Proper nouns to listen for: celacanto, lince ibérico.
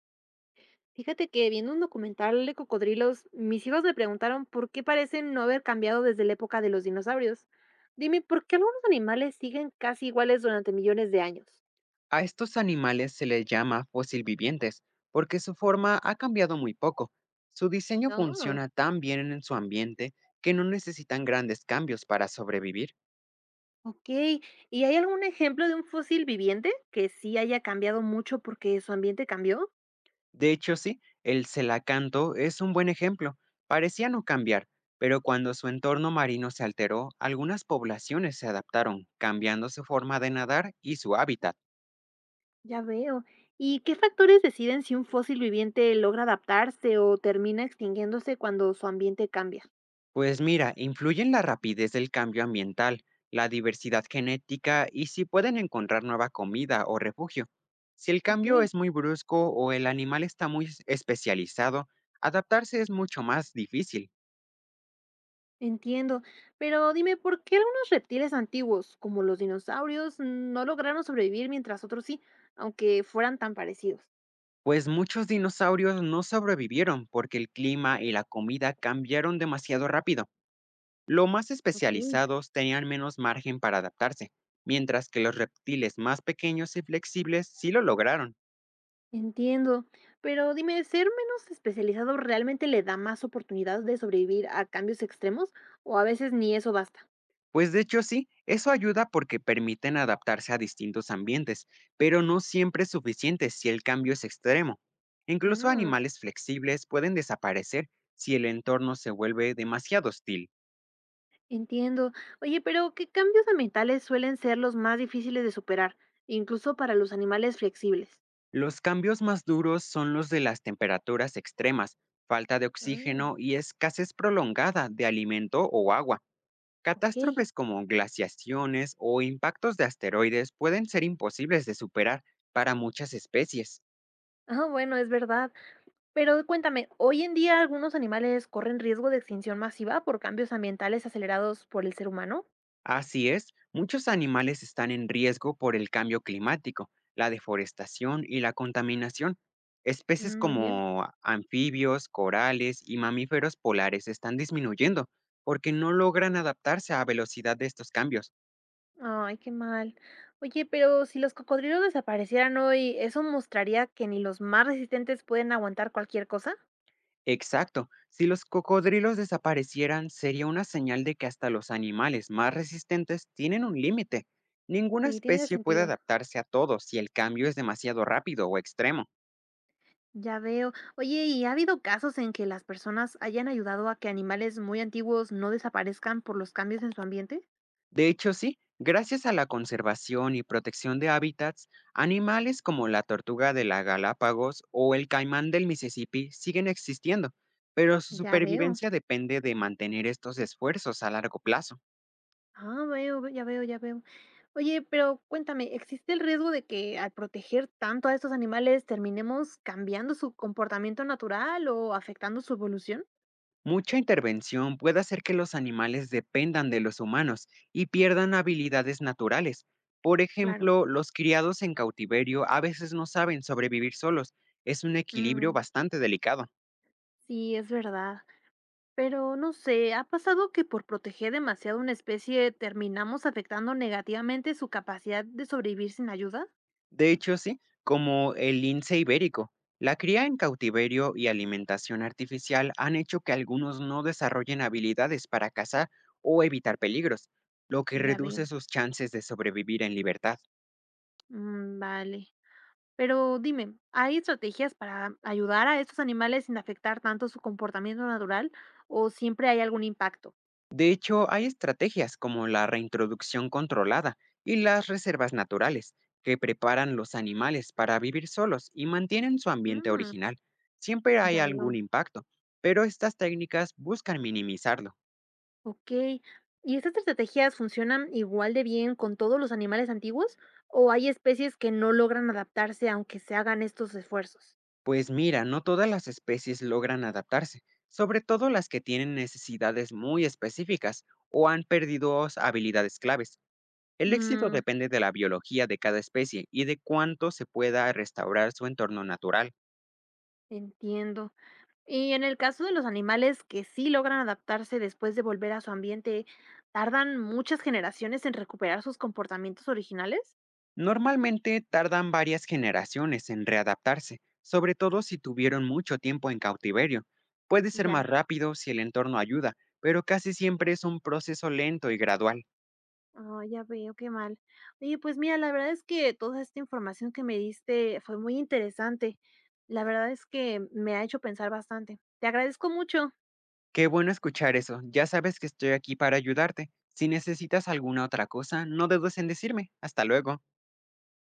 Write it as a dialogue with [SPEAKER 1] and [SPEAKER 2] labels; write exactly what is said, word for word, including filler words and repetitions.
[SPEAKER 1] Fíjate que viendo un documental de cocodrilos, mis hijos me preguntaron por qué parecen no haber cambiado desde la época de los dinosaurios. Dime, ¿por qué algunos animales siguen casi iguales durante millones de años?
[SPEAKER 2] A estos animales se les llama fósil vivientes porque su forma ha cambiado muy poco. Su diseño
[SPEAKER 1] Ah.
[SPEAKER 2] funciona tan bien en su ambiente que no necesitan grandes cambios para sobrevivir.
[SPEAKER 1] Ok, ¿y hay algún ejemplo de un fósil viviente que sí haya cambiado mucho porque su ambiente cambió?
[SPEAKER 2] De hecho, sí, el celacanto es un buen ejemplo. Parecía no cambiar, pero cuando su entorno marino se alteró, algunas poblaciones se adaptaron, cambiando su forma de nadar y su hábitat.
[SPEAKER 1] Ya veo. ¿Y qué factores deciden si un fósil viviente logra adaptarse o termina extinguiéndose cuando su ambiente cambia?
[SPEAKER 2] Pues mira, influyen la rapidez del cambio ambiental, la diversidad genética y si pueden encontrar nueva comida o refugio. Si el
[SPEAKER 1] Ok.
[SPEAKER 2] cambio es muy brusco o el animal está muy es- especializado, adaptarse es mucho más difícil.
[SPEAKER 1] Entiendo, pero dime, ¿por qué algunos reptiles antiguos, como los dinosaurios, no lograron sobrevivir mientras otros sí, aunque fueran tan parecidos?
[SPEAKER 2] Pues muchos dinosaurios no sobrevivieron porque el clima y la comida cambiaron demasiado rápido. Los más
[SPEAKER 1] Ok,
[SPEAKER 2] especializados tenían menos margen para adaptarse, mientras que los reptiles más pequeños y flexibles sí lo lograron.
[SPEAKER 1] entiendo, pero dime, ¿ser menos especializado realmente le da más oportunidad de sobrevivir a cambios extremos o a veces ni eso basta?
[SPEAKER 2] Pues de hecho sí, eso ayuda porque permiten adaptarse a distintos ambientes, pero no siempre es suficiente si el cambio es extremo. Incluso
[SPEAKER 1] Mm,
[SPEAKER 2] animales flexibles pueden desaparecer si el entorno se vuelve demasiado hostil.
[SPEAKER 1] entiendo. Oye, pero ¿qué cambios ambientales suelen ser los más difíciles de superar, incluso para los animales flexibles?
[SPEAKER 2] Los cambios más duros son los de las temperaturas extremas, falta de
[SPEAKER 1] Mm,
[SPEAKER 2] oxígeno y escasez prolongada de alimento o agua.
[SPEAKER 1] ok.
[SPEAKER 2] Catástrofes como glaciaciones o impactos de asteroides pueden ser imposibles de superar para muchas especies.
[SPEAKER 1] Ah, bueno, es verdad. Pero cuéntame, ¿hoy en día algunos animales corren riesgo de extinción masiva por cambios ambientales acelerados por el ser humano?
[SPEAKER 2] Así es, muchos animales están en riesgo por el cambio climático, la deforestación y la contaminación. Especies
[SPEAKER 1] Mm, muy bien.
[SPEAKER 2] como anfibios, corales y mamíferos polares están disminuyendo porque no logran adaptarse a velocidad de estos cambios.
[SPEAKER 1] Ay, qué mal. Oye, pero si los cocodrilos desaparecieran hoy, ¿eso mostraría que ni los más resistentes pueden aguantar cualquier cosa?
[SPEAKER 2] Exacto, si los cocodrilos desaparecieran sería una señal de que hasta los animales más resistentes tienen un límite. Ninguna
[SPEAKER 1] Sí, tiene
[SPEAKER 2] especie puede
[SPEAKER 1] sentido.
[SPEAKER 2] adaptarse a todo si el cambio es demasiado rápido o extremo.
[SPEAKER 1] Ya veo. Oye, ¿y ha habido casos en que las personas hayan ayudado a que animales muy antiguos no desaparezcan por los cambios en su ambiente?
[SPEAKER 2] De hecho, sí, gracias a la conservación y protección de hábitats, animales como la tortuga de la Galápagos o el caimán del Mississippi siguen existiendo, pero su
[SPEAKER 1] Ya veo.
[SPEAKER 2] supervivencia depende de mantener estos esfuerzos a largo plazo.
[SPEAKER 1] Ah, veo, ve- ya veo, ya veo. Oye, pero cuéntame, ¿existe el riesgo de que al proteger tanto a estos animales terminemos cambiando su comportamiento natural o afectando su evolución?
[SPEAKER 2] Mucha intervención puede hacer que los animales dependan de los humanos y pierdan habilidades naturales. Por
[SPEAKER 1] Claro.
[SPEAKER 2] ejemplo, los criados en cautiverio a veces no saben sobrevivir solos. Es un equilibrio
[SPEAKER 1] Mm,
[SPEAKER 2] bastante delicado.
[SPEAKER 1] sí, es verdad. Pero no sé, ¿ha pasado que por proteger demasiado una especie terminamos afectando negativamente su capacidad de sobrevivir sin ayuda?
[SPEAKER 2] De hecho, sí, como el lince ibérico. La cría en cautiverio y alimentación artificial han hecho que algunos no desarrollen habilidades para cazar o evitar peligros, lo que
[SPEAKER 1] Ya veo.
[SPEAKER 2] reduce sus chances de sobrevivir en libertad.
[SPEAKER 1] Mm, vale. Pero dime, ¿hay estrategias para ayudar a estos animales sin afectar tanto su comportamiento natural o siempre hay algún impacto?
[SPEAKER 2] De hecho, hay estrategias como la reintroducción controlada y las reservas naturales, que preparan los animales para vivir solos y mantienen su ambiente
[SPEAKER 1] Mm,
[SPEAKER 2] original. Siempre hay
[SPEAKER 1] ya
[SPEAKER 2] algún
[SPEAKER 1] veo.
[SPEAKER 2] impacto, pero estas técnicas buscan minimizarlo.
[SPEAKER 1] Ok. ¿Y estas estrategias funcionan igual de bien con todos los animales antiguos o hay especies que no logran adaptarse aunque se hagan estos esfuerzos?
[SPEAKER 2] Pues mira, no todas las especies logran adaptarse, sobre todo las que tienen necesidades muy específicas o han perdido s- habilidades claves. El éxito
[SPEAKER 1] Mm,
[SPEAKER 2] depende de la biología de cada especie y de cuánto se pueda restaurar su entorno natural.
[SPEAKER 1] entiendo. Y en el caso de los animales que sí logran adaptarse después de volver a su ambiente, ¿tardan muchas generaciones en recuperar sus comportamientos originales?
[SPEAKER 2] Normalmente tardan varias generaciones en readaptarse, sobre todo si tuvieron mucho tiempo en cautiverio. Puede ser más
[SPEAKER 1] Ya.
[SPEAKER 2] rápido si el entorno ayuda, pero casi siempre es un proceso lento y gradual.
[SPEAKER 1] Ah, ya veo, qué mal. Oye, pues mira, la verdad es que toda esta información que me diste fue muy interesante. La verdad es que me ha hecho pensar bastante. Te agradezco mucho.
[SPEAKER 2] Qué bueno escuchar eso. Ya sabes que estoy aquí para ayudarte. Si necesitas alguna otra cosa, no dudes en decirme. Hasta luego.